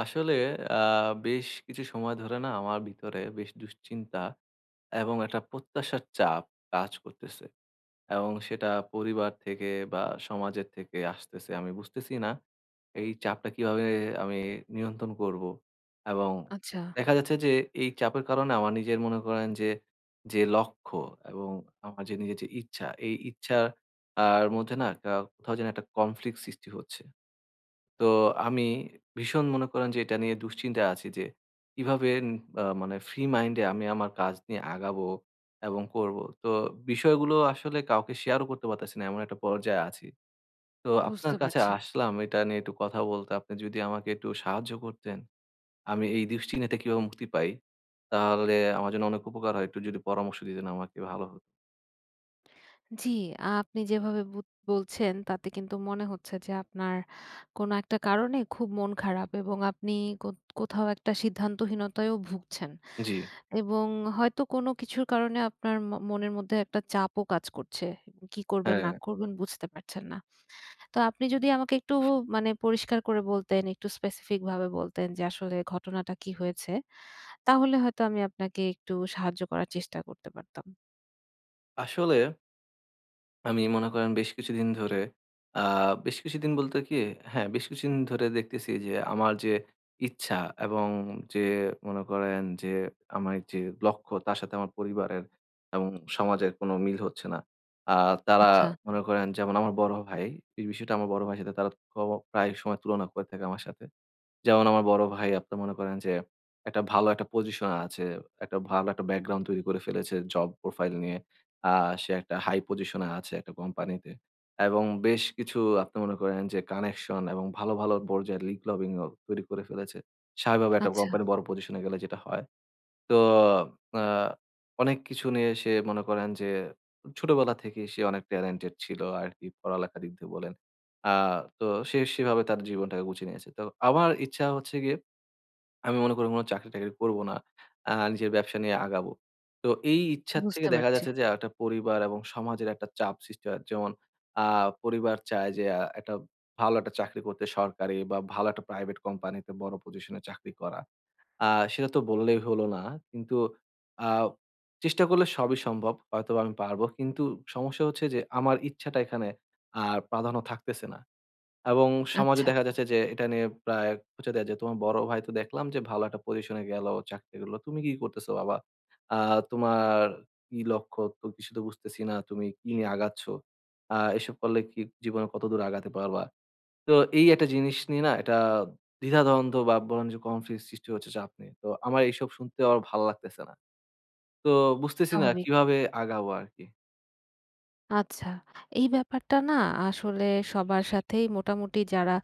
আসলে আ বেশ কিছু সময় ধরে না আমার ভিতরে বেশ দুশ্চিন্তা এবং একটা প্রত্যাশার চাপ কাজ করতেছে। এবং সেটা পরিবার থেকে বা সমাজের থেকে আসতেছে। আমি বুঝতেছি না এই চাপটা কিভাবে আমি নিয়ন্ত্রণ করব? এবং আচ্ছা, দেখা যাচ্ছে যে এই চাপের কারণে আমার নিজের মনে করেন যে, যে লক্ষ্য এবং আমার যে নিজের যে ইচ্ছা, এই ইচ্ছার আর মধ্যে না কোথাও যেন একটা কনফ্লিক্ট সৃষ্টি হচ্ছে। তো আমি ভীষণ মনে করেন যে এটা নিয়ে দুশ্চিন্তায় আছি যে কিভাবে ন আ মানে ফ্রি মাইন্ড এ আমি আমার কাজ নিয়ে আগাবো এবং করব। তো বিষয়গুলো আসলে কাউকে শেয়ারও করতে পারতেছি না। এমন একটা পর্যায়ে আছি। তো বুঝতে আপনার কাছে পারছি। আসলাম এটা নিয়ে একটু কথা বলতে। আপনি যদি আমাকে একটু সাহায্য করতেন, আমি এই দুশ্চিন্তা কিভাবে মুক্তি পাই, তাহলে আমার জন্য অনেক উপকার হয়। একটু যদি পরামর্শ দিতেন আমাকে ভালো হতো। জি, আপনি যেভাবে বলছেন তাতে কিন্তু মনে হচ্ছে যে আপনার কোনো একটা কারণে খুব মন খারাপ এবং আপনি কো কোথাও একটা সিদ্ধান্তহীনতায়ও ভুগছেন। জি, এবং হয়তো কোনো কিছুর কারণে আপনার মনের মধ্যে একটা চাপও কাজ করছে। কি করবেন না হ্যাঁ। করবেন বুঝতে পারছেন না। তো আপনি যদি আমাকে একটু মানে পরিষ্কার করে বলতেন, একটু স্পেসিফিক ভাবে বলতেন যে আসলে ঘটনাটা কি হয়েছে? তাহলে হয়তো আমি আপনাকে একটু সাহায্য করার চেষ্টা করতে পারতাম। আসলে আমি মনে করেন বেশ কিছুদিন ধরে আ বেশ কিছুদিন বলতে কি হ্যাঁ, বেশ কিছুদিন ধরে দেখতেছি যে আমার যে ইচ্ছা এবং যে মনে করেন যে আমার যে লক্ষ্য তার সাথে আমার পরিবারের এবং সমাজের কোনো মিল হচ্ছে না। আ তারা আচ্ছা। মনে করেন যেমন আমার বড় ভাই, এই বিষয়টা আমার বড় ভাইয়ের সাথে তারা প্রায় সময় তুলনা করে থাকে আমার সাথে। যেমন আমার বড় ভাই আপনি মনে করেন যে একটা ভালো একটা পজিশনে আছে। একটা ভালো একটা ব্যাকগ্রাউন্ড তৈরি করে ফেলেছে জব প্রোফাইল নিয়ে। আ সে একটা হাই পজিশনে আছে একটা কোম্পানিতে। এবং বেশ কিছু আপনি মনে করেন যে কানেকশন এবং ভালো, ভালো পর্যায়ের লিগ লবিং ও তৈরি করে ফেলেছে। স্বাভাবিকভাবে একটা আচ্ছা, কোম্পানি বড় পজিশনে গেলে যেটা হয়। তো আ অনেক কিছু নিয়ে সে মনে করেন যে ছোটবেলা থেকেই সে অনেক ট্যালেন্টেড ছিল আরকি পড়ালেখার দিক দিয়ে বলেন। আ তো সে সেভাবে তার জীবনটাকে গুছিয়ে নিয়েছে। তো আমার ইচ্ছা হচ্ছে গিয়ে আমি মনে করি কোনো চাকরি-টাকরি করব না। নিজের ব্যবসা নিয়ে আগাবো। তো এই ইচ্ছার থেকে বুঝতে দেখা পারছি। যাচ্ছে যে একটা পরিবার এবং সমাজের একটা চাপ সৃষ্টি হয়। যেমন আ পরিবার চায় যে একটা ভালো একটা চাকরি করতে সরকারি বা ভালো একটা প্রাইভেট কোম্পানিতে বড় পজিশনে চাকরি করা। আ সেটা তো বললেই হলো না। কিন্তু আ চেষ্টা করলে সবই সম্ভব। হয়তোবা আমি পারবো। কিন্তু সমস্যা হচ্ছে যে আমার ইচ্ছাটা এখানে আর প্রাধান্য থাকতেছে না। এবং সমাজে আচ্ছা, দেখা যাচ্ছে যে এটা নিয়ে প্রায় খোঁচা দেয়া যায়। তোমার বড় ভাই তো দেখলাম যে ভালো একটা পজিশনে গেল, চাকরি করল। "তুমি কি করতেছো বাবা? আ তোমার কি লক্ষ্য? তো কিছু তো বুঝতেছি না। তুমি কি নিয়ে আগাচ্ছ? এসব করলে কি জীবনে কতদূর আগাতে পারবা?" তো এই একটা জিনিস নিয়ে না এটা দ্বিধাদ্বন্দ্ব বা বলেন যে কনফিউজ সৃষ্টি হচ্ছে চাপ নিয়ে। তো আমার এইসব শুনতে আমার ভাল লাগতেছে না। তো বুঝতেছি না স্বাভাবিক। কিভাবে আগাবো আরকি। আচ্ছা, এই ব্যাপারটা না আসলে সবার সাথেই মোটামুটি যারা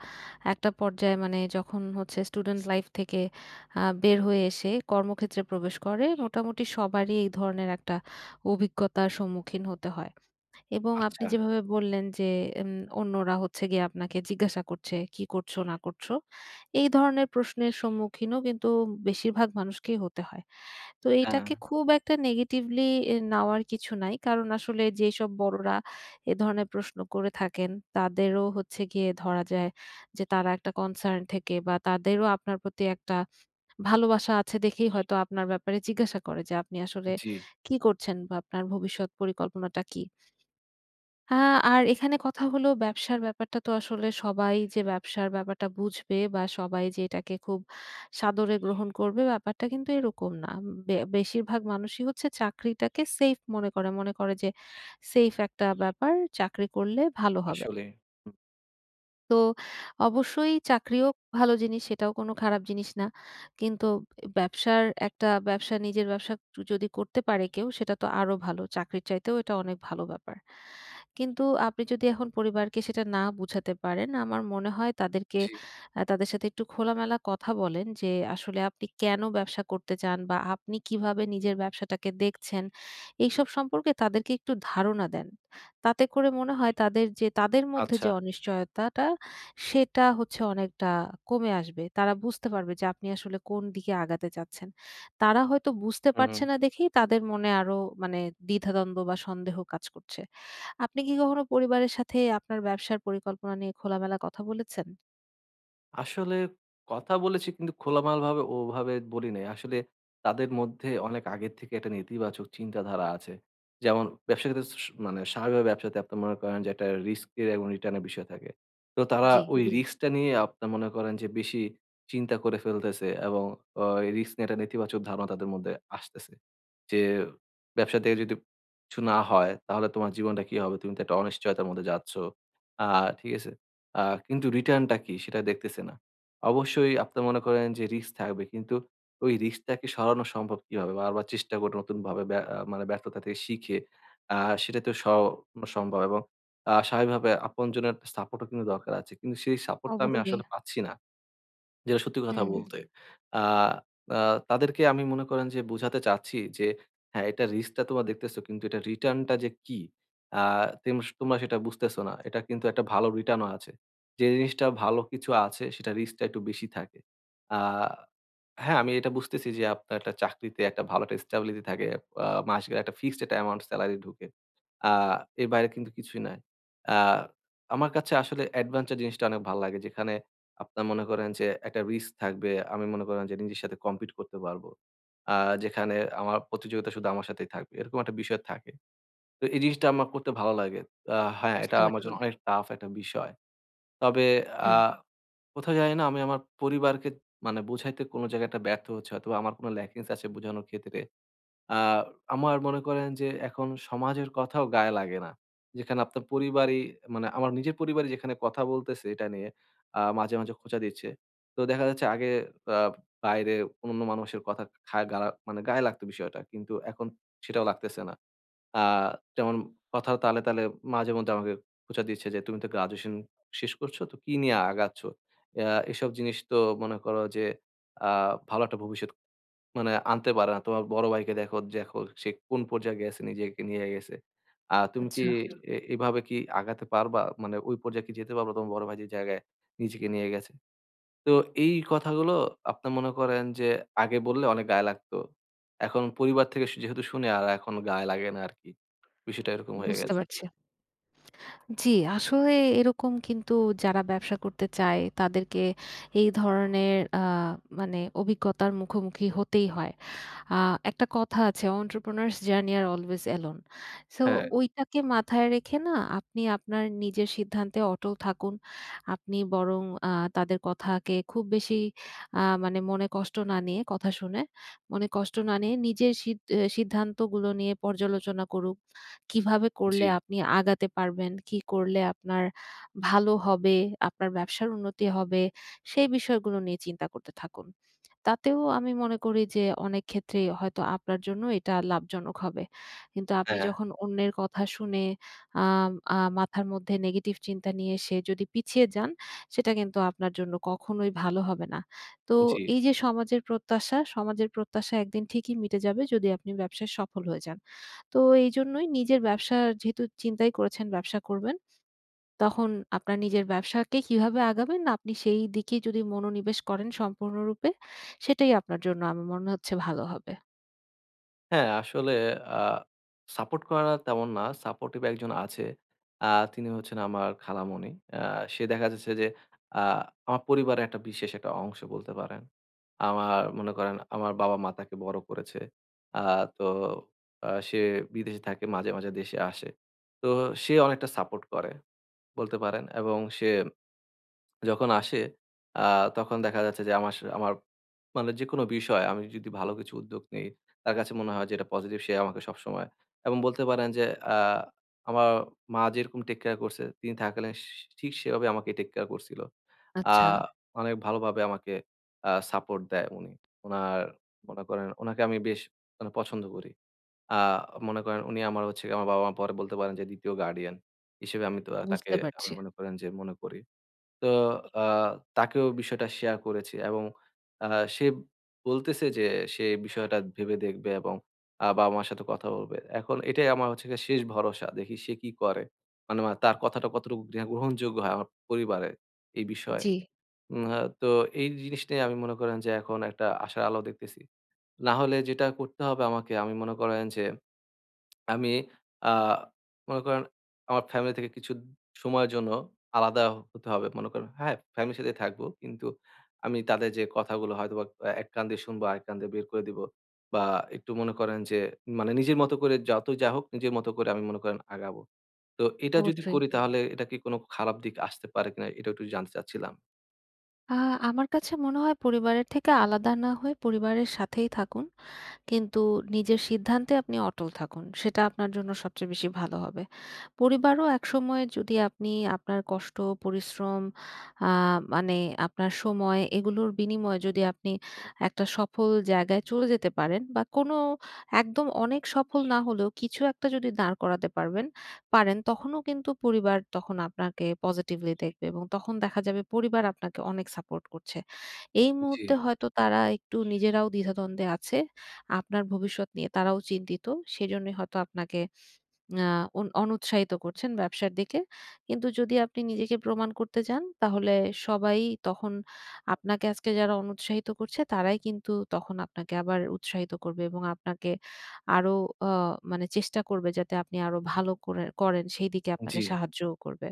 একটা পর্যায়ে মানে যখন হচ্ছে স্টুডেন্ট লাইফ থেকে বের হয়ে এসে কর্মক্ষেত্রে প্রবেশ করে, মোটামুটি সবারই এই ধরনের একটা অভিজ্ঞতার সম্মুখীন হতে হয়। এবং আপনি আচ্ছা। যেভাবে বললেন যে এম অন্যরা হচ্ছে গিয়ে আপনাকে জিজ্ঞাসা করছে, "কি করছো না করছো?" এই ধরনের প্রশ্নের সম্মুখীনও কিন্তু বেশিরভাগ মানুষকেই হতে হয়। তো হ্যাঁ, এটাকে খুব একটা নেগেটিভলি নেওয়ার কিছু নাই। কারণ আসলে যেসব বড়রা এ ধরনের প্রশ্ন করে থাকেন, তাদেরও হচ্ছে গিয়ে ধরা যায় যে তারা একটা কনসার্ন থেকে বা তাদেরও আপনার প্রতি একটা ভালোবাসা আছে দেখেই হয়তো আপনার ব্যাপারে জিজ্ঞাসা করে যে আপনি আসলে জি। কি করছেন বা আপনার ভবিষ্যৎ পরিকল্পনাটা কি? আ আর এখানে কথা হলো ব্যবসার ব্যাপারটা তো আসলে সবাই যে ব্যবসার ব্যাপারটা বুঝবে বা সবাই যে এটাকে খুব সাদরে গ্রহণ করবে ব্যাপারটা কিন্তু এরকম না। বেশিরভাগ মানুষই হচ্ছে চাকরিটাকে সেফ মনে করে। মনে করে যে সেফ একটা ব্যাপার, চাকরি করলে ভালো হবে। আসলেই। হুম। তো অবশ্যই চাকরিও ভালো জিনিস, সেটাও কোনো খারাপ জিনিস না। কিন্তু ব্যবসার একটা ব্যবসা নিজের ব্যবসা যদি করতে পারে কেউ সেটা তো আরো ভালো। চাকরির চাইতেও এটা অনেক ভালো ব্যাপার। কিন্তু আপনি যদি এখন পরিবারকে সেটা না বুঝাতে পারেন, আমার মনে হয় তাদেরকে জি। তাদের সাথে একটু খোলামেলা কথা বলেন যে, আসলে আপনি কেন ব্যবসা করতে চান বা আপনি কিভাবে নিজের ব্যবসাটাকে দেখছেন, এইসব সম্পর্কে তাদেরকে একটু ধারণা দেন। তাতে করে মনে হয় তাদের যে তাদের মধ্যে আচ্ছা। যে অনিশ্চয়তাটা সেটা হচ্ছে অনেকটা কমে আসবে। তারা বুঝতে পারবে যে আপনি আসলে কোন দিকে আগাতে চাচ্ছেন। তারা হয়তো বুঝতে পারছে হুম। না দেখেই তাদের মনে আরো মানে দ্বিধাদ্বন্দ্ব বা সন্দেহ কাজ করছে। আপনি কি কখনো পরিবারের সাথে আপনার ব্যবসার পরিকল্পনা নিয়ে খোলামেলা কথা বলেছেন? আসলে কথা বলেছি কিন্তু খোলামেলাভাবে ওভাবে বলি নাই। আসলে তাদের মধ্যে অনেক আগের থেকে একটা নেতিবাচক চিন্তাধারা আছে। যেমন ব্যবসার ক্ষেত্রে মানে স্বাভাবিকভাবে ব্যবসাতে আপনি মনে করেন যে একটা রিস্কের এবং রিটার্নের বিষয় থাকে। তো তারা জি, ওই জি। রিস্কটা নিয়ে আপনার মনে করেন যে বেশি চিন্তা করে ফেলতেছে এবং এই রিস্ক নিয়ে একটা নেতিবাচক ধারণা তাদের মধ্যে আসতেছে। যে ব্যবসা থেকে যদি কিছু না হয় তাহলে তোমার জীবনটা কি হবে? তুমি তো একটা অনিশ্চয়তার মধ্যে যাচ্ছ। আ ঠিক আছে? আ কিন্তু রিটার্নটা কি সেটা দেখতেছে না। অবশ্যই আপনারা মনে করেন যে রিস্ক থাকবে। কিন্তু ওই রিস্কটাকে সরানো সম্ভব কিভাবে? বারবার চেষ্টা করে নতুনভাবে ব্যা আ মানে ব্যর্থতা থেকে শিখে আ সেটা তো সরানো সম্ভব এবং স্বাভাবিকভাবে আপনজনের সাপোর্টও কিন্তু দরকার আছে। কিন্তু সেই সাপোর্টটা আমি অবশ্যই। আসলে পাচ্ছি না। যেটা সত্যি কথা হুম, বলতে। আ আ তাদেরকে আমি মনে করেন যে বুঝাতে চাচ্ছি যে, হ্যাঁ, এটা রিস্কটা তোমরা দেখতেছো কিন্তু এটা রিটার্নটা যে কি, আ তেমস তোমরা সেটা বুঝতেছো না। এটা কিন্তু একটা ভালো রিটার্নও আছে। যে জিনিসটা ভালো কিছু আছে সেটা রিস্কটা একটু বেশি থাকে। আ হ্যাঁ, আমি এটা বুঝতেছি যে আপনার একটা চাকরিতে একটা ভালো একটা স্টেবিলিটি থাকে। মাস গেলে একটা ফিক্সড একটা অ্যামাউন্ট সেলারি ঢুকে। আ এর বাইরে কিন্তু কিছুই নাই। আ আমার কাছে আসলে অ্যাডভেঞ্চার জিনিসটা অনেক ভাল লাগে যেখানে আপনার মনে করেন যে একটা রিস্ক থাকবে। আমি মনে করেন যে নিজের সাথে কম্পিট করতে পারবো। আ যেখানে আমার প্রতিযোগিতা শুধু আমার সাথেই থাকবে। এরকম একটা বিষয় থাকে। তো এই জিনিসটা আমার করতে ভালো লাগে। হ্যাঁ, এটা বুঝতে আমার পারছি। জন্য আচ্ছা। অনেক টাফ একটা বিষয়। তবে আ হুম, কোথাও জানি না আমি আমার পরিবারকে মানে বোঝাইতে কোনো জায়গায় একটা ব্যর্থ হচ্ছি। হয়তোবা আমার কোনো ল্যাকিংস আছে বোঝানোর ক্ষেত্রে। আ আমার মনে করেন যে এখন সমাজের কথাও গায়ে লাগে না। যেখানে আপনার পরিবারই মানে আমার নিজের পরিবারই যেখানে কথা বলতেছে এটা নিয়ে মাঝে, মাঝে খোঁচা দিচ্ছে। তো দেখা যাচ্ছে আগে আ বাইরে অন্য মানুষের কথা খায় গারা মানে গায়ে লাগতো বিষয়টা। কিন্তু এখন সেটাও লাগতেছে না। আ যেমন কথার তালে, তালে মাঝেমধ্যে আমাকে খোঁচা দিচ্ছে যে, "তুমি তো গ্র্যাজুয়েশন শেষ করছো, তো কি নিয়ে আগাচ্ছ? আ এসব জিনিস তো মনে করো যে আ ভালো একটা ভবিষ্যৎ মানে আনতে পারে না। তোমার বড় ভাইকে দেখো, দেখো সে কোন পর্যায়ে গেছে, নিজেকে নিয়ে গেছে। তুমি কি আচ্ছা, আচ্ছা। এভাবে কি আগাতে পারবা? মানে ওই পর্যায়ে কি যেতে পারবা তোমার বড় ভাই যে জায়গায় নিজেকে নিয়ে গেছে?" তো এই কথাগুলো আপনি মনে করেন যে আগে বললে অনেক গায়ে লাগতো। এখন পরিবার থেকে যেহেতু শুনি আর এখন গায়ে লাগে না আরকি। বিষয়টা এরকম হয়ে বুঝতে গেছে। পারছি। জি, আসলে এরকম কিন্তু যারা ব্যবসা করতে চায় তাদেরকে এই ধরনের মানে অভিজ্ঞতার মুখোমুখি হতেই হয়। আ একটা কথা আছে entrepreneurs journey are always alone। So হ্যাঁ, হুম। ওইটাকে মাথায় রেখে না আপনি আপনার নিজের সিদ্ধান্তে অটল থাকুন। আপনি বরং তাদের কথাকে খুব বেশি মানে মনে কষ্ট না নিয়ে কথা শুনে, মনে কষ্ট না নিয়ে নিজের সিদ্ধান্তগুলো নিয়ে পর্যালোচনা করুক। কিভাবে জি, করলে আপনি আগাতে পারবেন, কি করলে আপনার ভালো হবে, আপনার ব্যবসার উন্নতি হবে, সেই বিষয়গুলো নিয়ে চিন্তা করতে থাকুন। তাতেও আমি মনে করি যে অনেক ক্ষেত্রেই হয়তো আপনার জন্য এটা লাভজনক হবে। কিন্তু আপনি হ্যাঁ, যখন অন্যের কথা শুনে আম আ মাথার মধ্যে নেগেটিভ চিন্তা নিয়ে এসে যদি পিছিয়ে যান, সেটা কিন্তু আপনার জন্য কখনোই ভালো হবে না। তো জি। এই যে সমাজের প্রত্যাশা, সমাজের প্রত্যাশা একদিন ঠিকই মিটে যাবে যদি আপনি ব্যবসায় সফল হয়ে যান। তো এইজন্যই নিজের ব্যবসা যেহেতু চিন্তাই করেছেন ব্যবসা করবেন তখন আপনার নিজের ব্যবসাকে কিভাবে আগাবেন, আপনি সেই দিকেই যদি মনোনিবেশ করেন সম্পূর্ণরূপে, সেটাই আপনার জন্য আমার মনে হচ্ছে ভালো হবে। হ্যাঁ, আসলে আ সাপোর্ট করা তেমন না। সাপোর্টিভ একজন আছে। আ তিনি হচ্ছেন আমার খালামণি। আ সে দেখা যাচ্ছে যে আ আমার পরিবারের একটা বিশেষ একটা অংশ বলতে পারেন। আমার মনে করেন আমার বাবা-মা তাকে বড় করেছে। আ তো সে বিদেশে থাকে মাঝে, মাঝে দেশে আসে। তো সে অনেকটা সাপোর্ট করে বলতে পারেন এবং সে যখন আসে আ তখন দেখা যাচ্ছে যে আমার মানে যেকোনো বিষয় আমি যদি ভালো কিছু উদ্যোগ নেই, তার কাছে মনে হয় যে এটা পজিটিভ সে আমাকে সবসময় এবং বলতে পারেন যে আ আমার মা যেরকম টেক কেয়ার করছে তিনি থাকাকালীন ঠিক সেভাবে আমাকে টেক কেয়ার করছিল। আ আচ্ছা, অনেক ভালোভাবে আমাকে সাপোর্ট দেয় উনি। উনার মনে করেন উনাকে আমি বেশ মানে পছন্দ করি। আ মনে করেন উনি আমার হচ্ছে আমার বাবা-মা পরে বলতে পারেন যে ২য় গার্ডিয়ান হিসেবে আমি তো তাকে বুঝতে আমি পারছি। মনে করেন যে মনে করি। তো আ তাকেও বিষয়টা শেয়ার করেছি এবং আ সে বলতেছে যে সে বিষয়টা ভেবে দেখবে এবং বাবা-মার সাথে কথা বলবে। এখন এটাই আমার হচ্ছে গিয়ে শেষ ভরসা। দেখি সে কি করে। মানে মা তার কথাটা কতটুকু গ্রহণযোগ্য হয় আমার পরিবারে এই বিষয়ে। জি, উম আ তো এই জিনিস নিয়ে আমি মনে করেন যে এখন একটা আশার আলো দেখতেছি। না হলে যেটা করতে হবে আমাকে আমি মনে করেন যে আমি আ মনে করেন আমার ফ্যামিলি থেকে কিছু সময়ের জন্য আলাদা হতে হবে। মনে করেন হ্যাঁ, ফ্যামিলির সাথেই থাকবো। কিন্তু আমি তাদের যে কথাগুলো হয়তোবা এক কান দিয়ে শুনবো, আরেক কান দিয়ে বের করে দিবো। বা একটু মনে করেন যে মানে নিজের মতো করে যতই যা হোক নিজের মতো করে আমি মনে করেন আগাবো। তো এটা যদি অবশ্যই। করি তাহলে এটা কি কোনো খারাপ দিক আসতে পারে কিনা এটাও একটু জানতে চাচ্ছিলাম। আ আমার কাছে মনে হয় পরিবারের থেকে আলাদা না হয়ে পরিবারের সাথেই থাকুন। কিন্তু নিজের সিদ্ধান্তে আপনি অটল থাকুন। সেটা আপনার জন্য সবচেয়ে বেশি ভালো হবে। পরিবারও একসময় যদি আপনি আপনার কষ্ট, পরিশ্রম আ মানে আপনার সময় এগুলোর বিনিময়ে যদি আপনি হুম। একটা সফল জায়গায় চলে যেতে পারেন বা কোনো একদম অনেক সফল না হলেও কিছু একটা যদি দাঁড় করাতে পারবেন পারেন তখনও কিন্তু পরিবার তখন আপনাকে পজিটিভলি দেখবে এবং তখন দেখা যাবে পরিবার আপনাকে অনেক সাপোর্ট করছে। এই জি, মুহূর্তে হয়তো তারা একটু নিজেরাও দ্বিধাদ্বন্দ্বে আছে। আপনার ভবিষ্যৎ নিয়ে তারাও চিন্তিত। সেজন্যই হয়তো আপনাকে আ অনুৎসাহিত করছেন ব্যবসার দিকে। কিন্তু যদি আপনি নিজেকে প্রমাণ করতে যান তাহলে সবাই তখন আপনাকে আজকে যারা অনুৎসাহিত করছে তারাই কিন্তু তখন আপনাকে আবার উৎসাহিত করবে এবং আপনাকে আরো আ মানে চেষ্টা করবে যাতে আপনি আরো ভালো করে করেন সেই দিকে আপনাকে জি। সাহায্যও করবে।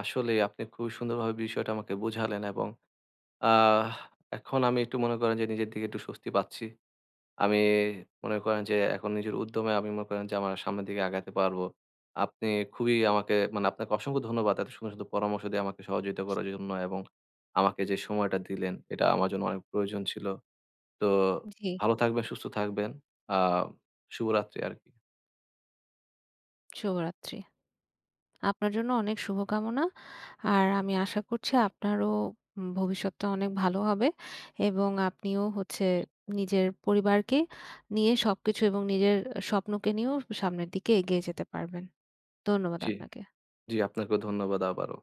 আসলেই আপনি খুবই সুন্দরভাবে বিষয়টা আমাকে বুঝালেন এবং আ এখন আমি একটু মনে করেন যে নিজের দিকে একটু স্বস্তি পাচ্ছি। আমি মনে করেন যে এখন নিজের উদ্যমে আমি মনে করেন যে আমার সামনের দিকে আগাতে পারবো। আপনি খুবই আমাকে মানে আপনাকে অসংখ্য ধন্যবাদ এত সুন্দর, সুন্দর পরামর্শ দিয়ে আমাকে সহযোগিতা করার জন্য এবং আমাকে যে সময়টা দিলেন এটা আমার জন্য অনেক প্রয়োজন ছিল। তো জি, ভালো থাকবেন, সুস্থ থাকবেন। আ শুভরাত্রি আরকি। শুভরাত্রি। আপনার জন্য অনেক শুভকামনা। আর আমি আশা করছি আপনারও ভবিষ্যৎটা অনেক ভালো হবে এবং আপনিও হচ্ছে নিজের পরিবারকে নিয়ে সবকিছু এবং নিজের স্বপ্নকে নিয়েও সামনের দিকে এগিয়ে যেতে পারবেন। ধন্যবাদ জি, আপনাকে। জি আপনাকেও ধন্যবাদ আবারও।